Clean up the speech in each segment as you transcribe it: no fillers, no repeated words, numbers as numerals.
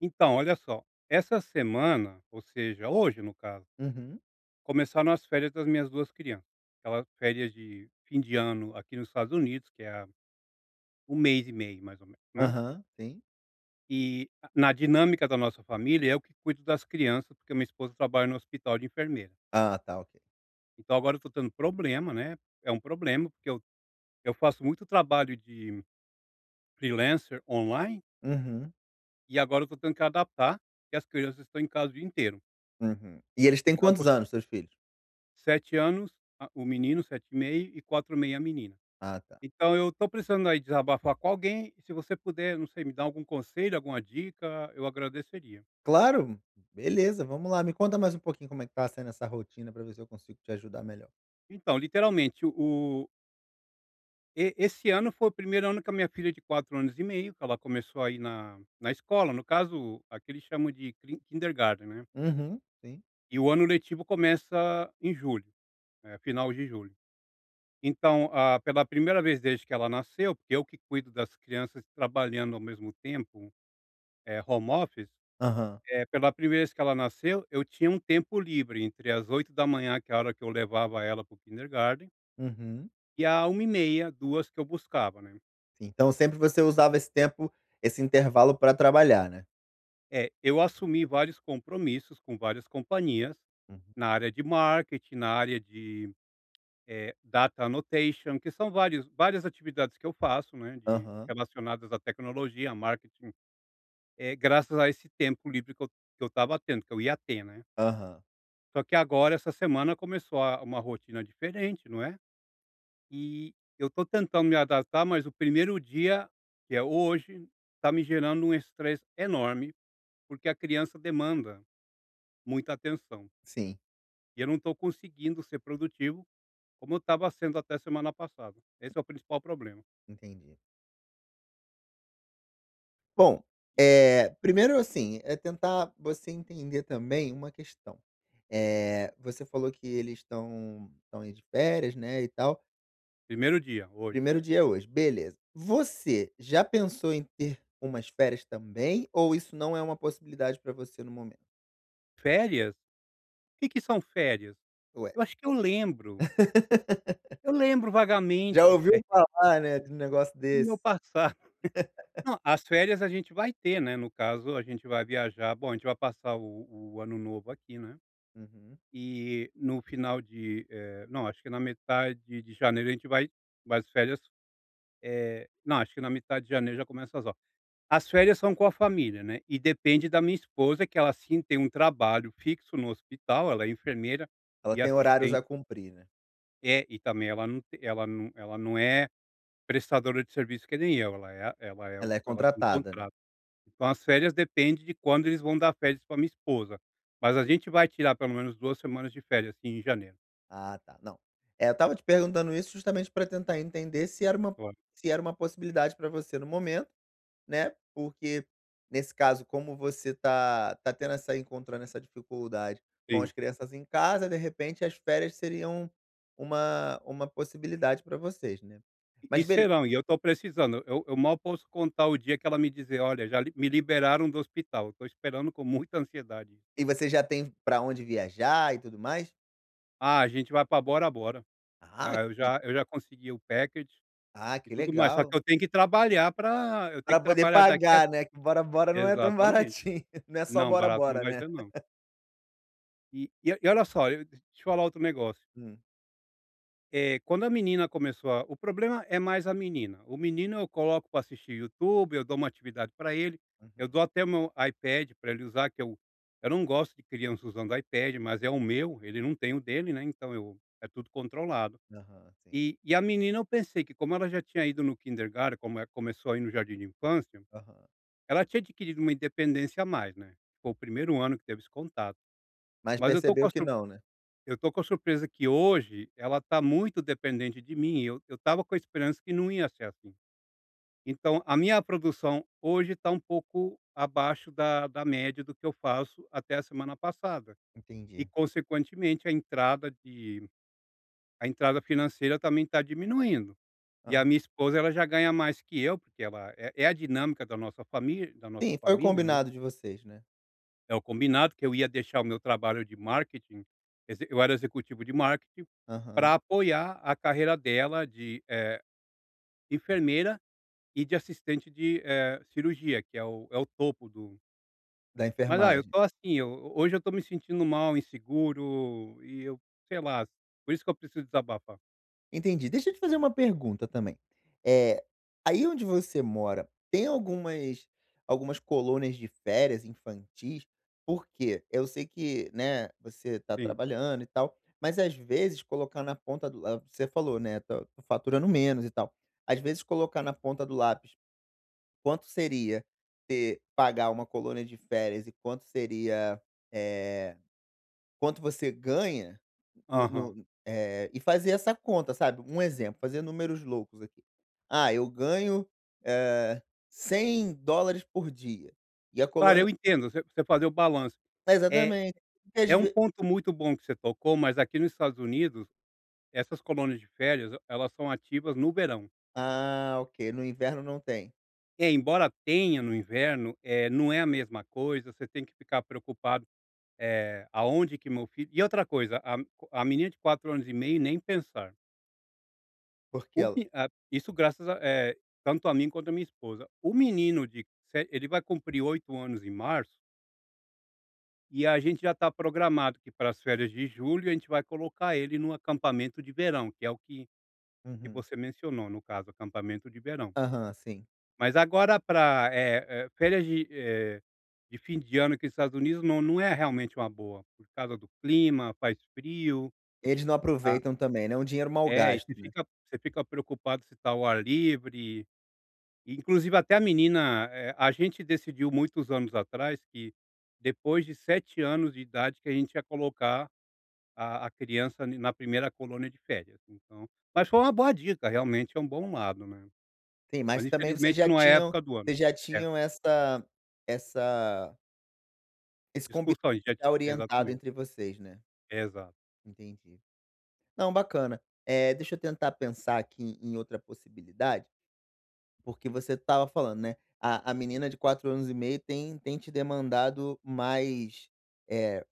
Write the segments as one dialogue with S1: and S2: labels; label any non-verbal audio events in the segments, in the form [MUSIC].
S1: Então, olha só, essa semana, ou seja, hoje no caso,
S2: Uhum.
S1: começaram as férias das minhas 2 crianças. Aquelas férias de fim de ano aqui nos Estados Unidos, que é a 1 mês e meio mais ou menos, né.
S2: Aham, sim.
S1: E a na dinâmica da nossa família, eu que cuido das crianças, porque minha esposa trabalha no hospital de enfermeira.
S2: Ah, tá, ok.
S1: Então agora eu estou tendo problema, né, é um problema, porque eu faço muito trabalho de freelancer online,
S2: Uhum,
S1: e agora eu estou tendo que adaptar, que as crianças estão em casa o dia inteiro.
S2: uhum. E eles têm
S1: Então eu
S2: quantos anos, seus filhos?
S1: 7 anos, a o menino, 7,5 e 4,5 a menina.
S2: Ah, tá.
S1: Então eu tô precisando aí desabafar com alguém e, se você puder, não sei, me dar algum conselho, alguma dica, eu agradeceria.
S2: Claro, beleza, vamos lá. Me conta mais um pouquinho como é que tá sendo essa rotina pra ver se eu consigo te ajudar melhor.
S1: Então, literalmente, o e esse ano foi o primeiro ano que a minha filha de 4 anos e meio, que ela começou aí na escola, no caso, aqui chamam de crin kindergarten, né.
S2: Uhum, sim.
S1: E o ano letivo começa em julho, final de julho. Então, pela primeira vez desde que ela nasceu, porque eu que cuido das crianças trabalhando ao mesmo tempo, é home office,
S2: Aham.
S1: é pela primeira vez que ela nasceu, eu tinha um tempo livre entre as 8h da manhã, que é a hora que eu levava ela para o kindergarten,
S2: Uhum,
S1: e a 1h30, duas, que eu buscava, né.
S2: sim. Então sempre você usava esse tempo, esse intervalo pra trabalhar, né?
S1: É, eu assumi vários compromissos com várias companhias,
S2: Uhum.
S1: na área de marketing, na área de, data annotation, que são vários várias atividades que eu faço, né, de
S2: Aham,
S1: relacionadas à tecnologia, a marketing, é graças a esse tempo livre que eu estava tendo, que eu ia ter, né.
S2: aham.
S1: Só que agora essa semana começou a uma rotina diferente, não é. E eu estou tentando me adaptar, mas o primeiro dia, que é hoje, está me gerando um estresse enorme, porque a criança demanda muita atenção.
S2: Sim,
S1: E eu não estou conseguindo ser produtivo como eu estava sendo até semana passada. Esse é o principal problema.
S2: entendi. Bom, primeiro, assim, é tentar você entender também uma questão. Você falou que eles estão aí de férias, né, e tal.
S1: Primeiro dia, hoje.
S2: Primeiro dia é hoje, beleza. Você já pensou em ter umas férias também ou isso não é uma possibilidade para você no momento?
S1: Férias? O que que são férias?
S2: Ué,
S1: Eu acho que eu lembro. Eu lembro vagamente
S2: já
S1: de [LAUGHS]
S2: ouviu
S1: férias
S2: falar, né, de um negócio
S1: no meu
S2: desse?
S1: passado. Não, as férias a gente vai ter, né, no caso a gente vai viajar. Bom, a gente vai passar o ano novo aqui, né,
S2: Uhum.
S1: e no final de, não, acho que na metade de janeiro a gente vai as férias. Não, acho que na metade de janeiro já começa as aulas. As férias são com a família, né, e depende da minha esposa, que ela sim tem um trabalho fixo no hospital. Ela é enfermeira
S2: Ela
S1: e
S2: tem horários
S1: assistente.
S2: a cumprir, né?
S1: E também ela não te ela não é prestadora de serviço que nem eu. ela é ela é
S2: Ela
S1: um
S2: é
S1: ela tem um
S2: contratada, né?
S1: contrato. Então as férias depende de quando eles vão dar férias para minha esposa, mas a gente vai tirar pelo menos 2 semanas de férias, assim, em janeiro.
S2: Ah, tá. Não. É, eu estava te perguntando isso justamente para tentar entender
S1: Claro,
S2: se era uma possibilidade para você no momento, né, porque nesse caso, como você tá tendo essa encontrando essa dificuldade com as
S1: sim.
S2: crianças em casa, de repente, as férias seriam uma possibilidade para vocês, né.
S1: E
S2: Mas bele
S1: serão, e eu estou precisando, eu mal posso contar o dia que ela me dizer: "Olha, já li me liberaram do hospital". Estou esperando com muita ansiedade.
S2: E você já tem para onde viajar e tudo mais?
S1: Ah, a gente vai para Bora Bora.
S2: Ah,
S1: Ah, eu
S2: que
S1: já eu já consegui o package
S2: ah,
S1: e
S2: que
S1: tudo mais, só que
S2: legal.
S1: eu tenho que trabalhar eu tenho
S2: Para
S1: que
S2: poder
S1: trabalhar daqui a
S2: pagar, né, que Bora Bora não é tão
S1: exatamente.
S2: baratinho, [LAUGHS] não é só
S1: Não,
S2: Bora
S1: barato não
S2: Bora,
S1: vai
S2: né.
S1: ser não. E olha só, eu deixa eu falar outro negócio.
S2: Hum.
S1: Quando a menina começou a O problema é mais a menina. O menino eu coloco para assistir YouTube, eu dou uma atividade para ele, eu
S2: Uhum.
S1: dou até o meu iPad para ele usar, que eu não gosto de criança usando iPad, mas é o meu, ele não tem o dele, né, então eu é tudo controlado.
S2: Aham, sim.
S1: E a menina, eu pensei que, como ela já tinha ido no kindergarten, como ela começou a ir no jardim de infância,
S2: Aham.
S1: ela tinha adquirido uma independência a mais, né, foi o primeiro ano que teve esse contato.
S2: Mas
S1: Mas
S2: percebeu que não, né?
S1: eu tô com a surpresa que hoje ela tá muito dependente de mim. Eu tava com a esperança que não ia ser assim. Então a minha produção hoje tá um pouco abaixo da média do que eu faço até a semana passada, e
S2: Entendi.
S1: consequentemente a entrada financeira também tá diminuindo. E a
S2: Aham.
S1: minha esposa, ela já ganha mais que eu, porque ela é a dinâmica da nossa família da nossa
S2: Sim, foi o
S1: família, né.
S2: combinado de vocês, né?
S1: É o combinado que eu ia deixar o meu trabalho de marketing, exe eu era executivo de marketing, para
S2: Aham.
S1: apoiar a carreira dela de, enfermeira, e de assistente de, cirurgia, que é o topo do,
S2: Da
S1: mas, eu
S2: enfermagem.
S1: tô assim. Eu hoje eu tô me sentindo mal, inseguro, e eu sei lá, por isso que eu preciso desabafar.
S2: Entendi. Deixa eu te fazer uma pergunta também. Eh, Aí onde você mora, tem algumas colônias de férias infantis? Por quê? Eu sei que, né, você tá
S1: Sim.
S2: trabalhando e tal, mas às vezes colocar na ponta do lá você falou, né, tô faturando menos e tal. Às vezes colocar na ponta do lápis quanto seria ter pagar uma colônia de férias e quanto seria, eh, quanto você ganha no
S1: Aham.
S2: no eh, e fazer essa conta, sabe. Um exemplo, fazer números loucos aqui. Ah, eu ganho, eh, $100 por dia e a
S1: Claro, eu
S2: colônia
S1: entendo, você fazer o balanço. É
S2: exatamente, porque às
S1: é um
S2: ve
S1: ponto muito bom que você tocou, mas aqui nos Estados Unidos, essas colônias de férias, elas são ativas no verão.
S2: ah, ok, no inverno não tem,
S1: É, embora tenha no inverno, não é a mesma coisa, você tem que ficar preocupado, aonde que meu filho, e outra coisa, a menina de 4 anos e meio, nem pensar.
S2: porque
S1: O
S2: ela
S1: me Isso graças a, tanto a mim quanto a minha esposa. O menino de se ele vai cumprir 8 anos em março, e a gente já está programado que para as férias de julho a gente vai colocar ele no acampamento de verão, que é o que que
S2: uhum,
S1: você mencionou, no caso, acampamento de verão.
S2: aham, sim.
S1: Mas agora para férias de, fim de ano aqui nos Estados Unidos, não, não é realmente uma boa, por causa do clima, faz frio.
S2: Eles não
S1: Ah.
S2: aproveitam também, né, é um dinheiro mal
S1: É, e
S2: gasto.
S1: você fica preocupado se está ao ar livre. E, inclusive até a menina, a gente decidiu muitos anos atrás que depois de 7 anos de idade que a gente ia colocar a criança n na primeira colônia de férias, então. Mas foi uma boa dica, realmente é um bom lado, né.
S2: Sim,
S1: Mas
S2: mas também
S1: infelizmente não é a época do ano.
S2: vocês já tinham essa essa esse combinado
S1: Discussões, já ti
S2: já orientado
S1: exatamente.
S2: entre vocês, né.
S1: Exato,
S2: Entendi. Não, bacana. Deixa eu tentar pensar aqui em outra possibilidade, porque você estava falando, né, a menina de 4 anos e meio tem te demandado mais, eh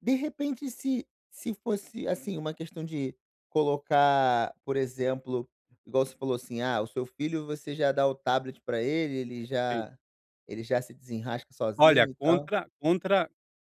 S2: De repente, se fosse, assim, uma questão de colocar, por exemplo, igual você falou assim: "Ah, o seu filho você já dá o tablet para ele,
S1: sim.
S2: ele já se desenrasca
S1: Olha,
S2: sozinho e tal",
S1: contra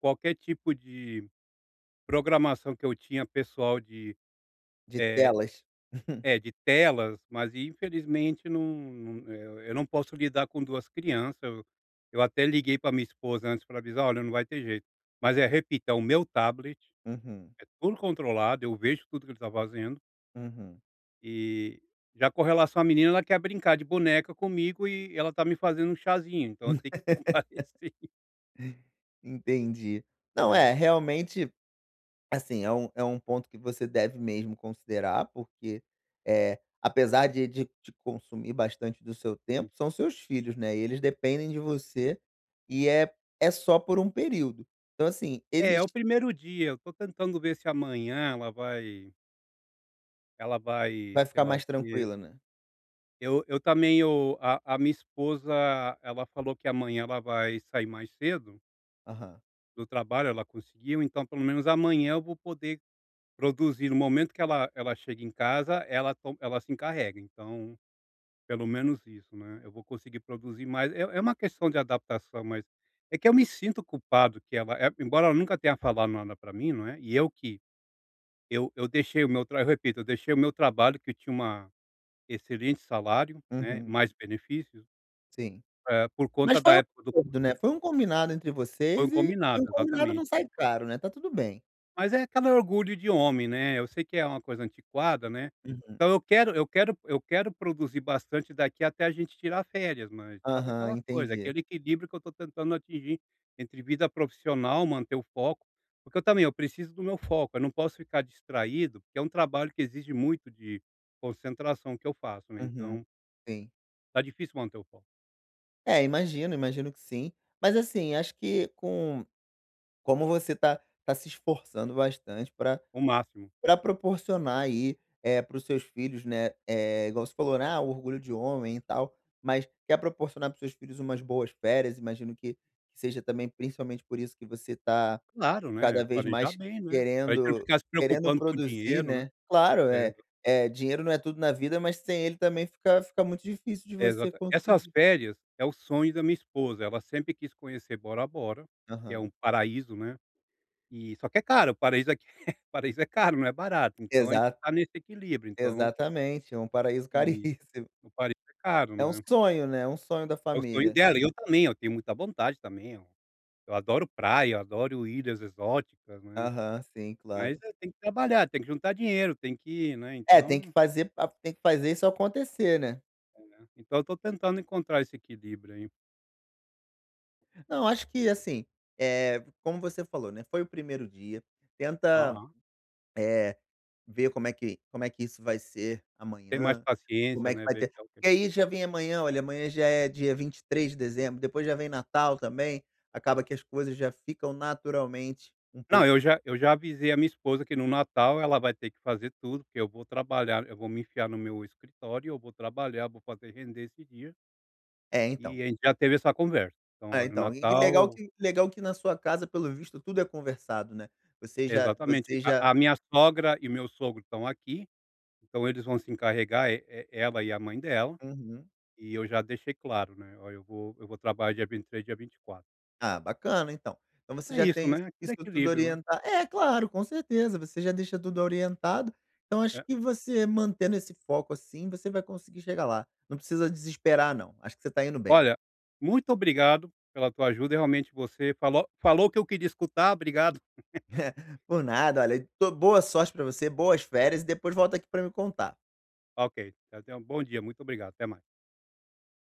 S1: qualquer tipo de programação que eu tinha, pessoal, de,
S2: de
S1: eh,
S2: telas.
S1: de telas, mas infelizmente não, não, eu não posso lidar com 2 crianças. Eu até liguei para minha esposa antes para avisar: "Olha, não vai ter jeito". Mas é, repito, é o meu tablet,
S2: [LAUGHS] uhum,
S1: é tudo controlado, eu vejo tudo que ele está fazendo.
S2: uhum.
S1: E já com relação à menina, ela quer brincar de boneca comigo e ela tá me fazendo um chazinho, então eu tenho que
S2: [LAUGHS]
S1: [LAUGHS] comparecer.
S2: Entendi. Não, é,
S1: É,
S2: realmente. Assim, é é um ponto que você deve mesmo considerar, porque, é apesar de te consumir bastante do seu
S1: sim.
S2: tempo, são seus filhos, né, e eles dependem de você, e é só por um período. Então, assim,
S1: É, é o
S2: existe
S1: primeiro dia, eu tô tentando ver se amanhã ela vai,
S2: vai
S1: sei
S2: ficar
S1: lá o
S2: mais
S1: quê.
S2: tranquila, né?
S1: Eu também, eu a minha esposa, ela falou que amanhã ela vai sair mais cedo
S2: Aham.
S1: do trabalho, ela conseguiu, então pelo menos amanhã eu vou poder produzir. No momento que ela chega em casa, ela se encarrega, então pelo menos isso, né, eu vou conseguir produzir mais. É uma questão de adaptação, mas é que eu me sinto culpado que embora ela nunca tenha falado nada para mim, não é, e eu que eu deixei o meu trabalho, eu repito, eu deixei o meu trabalho que tinha uma excelente salário, né,
S2: Uhum,
S1: mais benefícios,
S2: sim.
S1: por
S2: Mas
S1: conta da
S2: foi um
S1: época do,
S2: acordo, né, foi um combinado entre
S1: foi um
S2: vocês e
S1: combinado,
S2: um combinado
S1: exatamente.
S2: não sai caro, né, tá tudo bem.
S1: Mas é aquele orgulho de homem, né, eu sei que é uma coisa antiquada, né,
S2: Uhum.
S1: então eu quero produzir bastante daqui até a gente tirar férias, mas sabe
S2: Aham,
S1: aquela coisa,
S2: entendi.
S1: aquele equilíbrio que eu estou tentando atingir entre vida profissional, manter o foco, porque eu também, eu preciso do meu foco, eu não posso ficar distraído, porque é um trabalho que exige muito de concentração, que eu faço, né,
S2: Uhum.
S1: então
S2: Sim.
S1: tá difícil manter o foco,
S2: É, imagino, imagino que sim. Mas assim, acho que com como você tá se esforçando bastante para
S1: o máximo.
S2: proporcionar aí, para os seus filhos, né, é igual você falou, né: "Ah, o orgulho de homem e tal", mas quer proporcionar para os seus filhos umas boas férias, imagino que seja também principalmente por isso que você tá
S1: Claro, né,
S2: cada vez
S1: planejar
S2: mais
S1: bem, né, pra gente não
S2: querendo
S1: ficar se
S2: querendo
S1: preocupando com
S2: produzir,
S1: dinheiro, né.
S2: né. Claro,
S1: É.
S2: é dinheiro não é tudo na vida, mas sem ele também fica muito difícil de
S1: É,
S2: você
S1: exata essas
S2: conseguir.
S1: férias é o sonho da minha esposa, ela sempre quis conhecer Bora Bora, que é um
S2: Aham.
S1: paraíso, né, e só que é caro, o paraíso aqui. [LAUGHS] Paraíso é caro, não é barato, então a gente
S2: Exa
S1: tá nesse equilíbrio. Então,
S2: Exatamente, é um paraíso [LAUGHS]
S1: e
S2: caríssimo.
S1: o paraíso é caro,
S2: É um
S1: né.
S2: sonho, né, é um sonho da
S1: É o sonho
S2: família.
S1: dela, e eu também, eu tenho muita vontade também, eu adoro praia, eu adoro ilhas exóticas, né,
S2: Aham, sim,
S1: mas,
S2: claro.
S1: tem que trabalhar, tem que juntar dinheiro, tem que ir, né,
S2: É, tem que
S1: então.
S2: fazer a tem que fazer isso acontecer, né.
S1: Né, então eu tô tentando encontrar esse equilíbrio aí.
S2: Não, acho que assim, como você falou, né, foi o primeiro dia, tenta,
S1: Aham.
S2: eh Ver como é que isso vai ser
S1: Ter mais
S2: amanhã, como
S1: paciência,
S2: é que
S1: né,
S2: vai
S1: ver
S2: ter
S1: que é o.
S2: porque aí já vem amanhã, olha, amanhã já é dia 23 de dezembro, depois já vem Natal também, acaba que as coisas já ficam naturalmente um
S1: Não,
S2: pouco
S1: eu já avisei a minha esposa que no Natal ela vai ter que fazer tudo, porque eu vou trabalhar, eu vou me enfiar no meu escritório, eu vou trabalhar, vou fazer render esse dia,
S2: é,
S1: e
S2: então.
S1: a gente já teve essa conversa. Então,
S2: É,
S1: olha, o
S2: então. E que legal
S1: Natal.
S2: que na sua casa, pelo visto, tudo é conversado, né.
S1: Exatamente,
S2: Você
S1: a
S2: já
S1: minha sogra e meu sogro estão aqui, então eles vão se encarregar, e ela e a mãe dela,
S2: uhum.
S1: e eu já deixei claro, né: "Olha, eu vou trabalhar dia 23, dia 24".
S2: Ah, bacana então. Então você
S1: É
S2: já
S1: isso,
S2: tem
S1: né, aquele
S2: isso tudo
S1: equilíbrio, né.
S2: orientado. É, claro, com certeza, você já deixa tudo orientado, então acho
S1: É.
S2: que você mantendo esse foco, assim, você vai conseguir chegar lá. Não precisa desesperar não, acho que você está indo bem.
S1: Olha, muito obrigado pela tua ajuda, realmente você falou o que eu queria escutar, obrigado.
S2: Por nada, olha, tô boa sorte pra você, boas férias e depois volta aqui pra me contar.
S1: Ok, até, um bom dia, muito obrigado, até mais.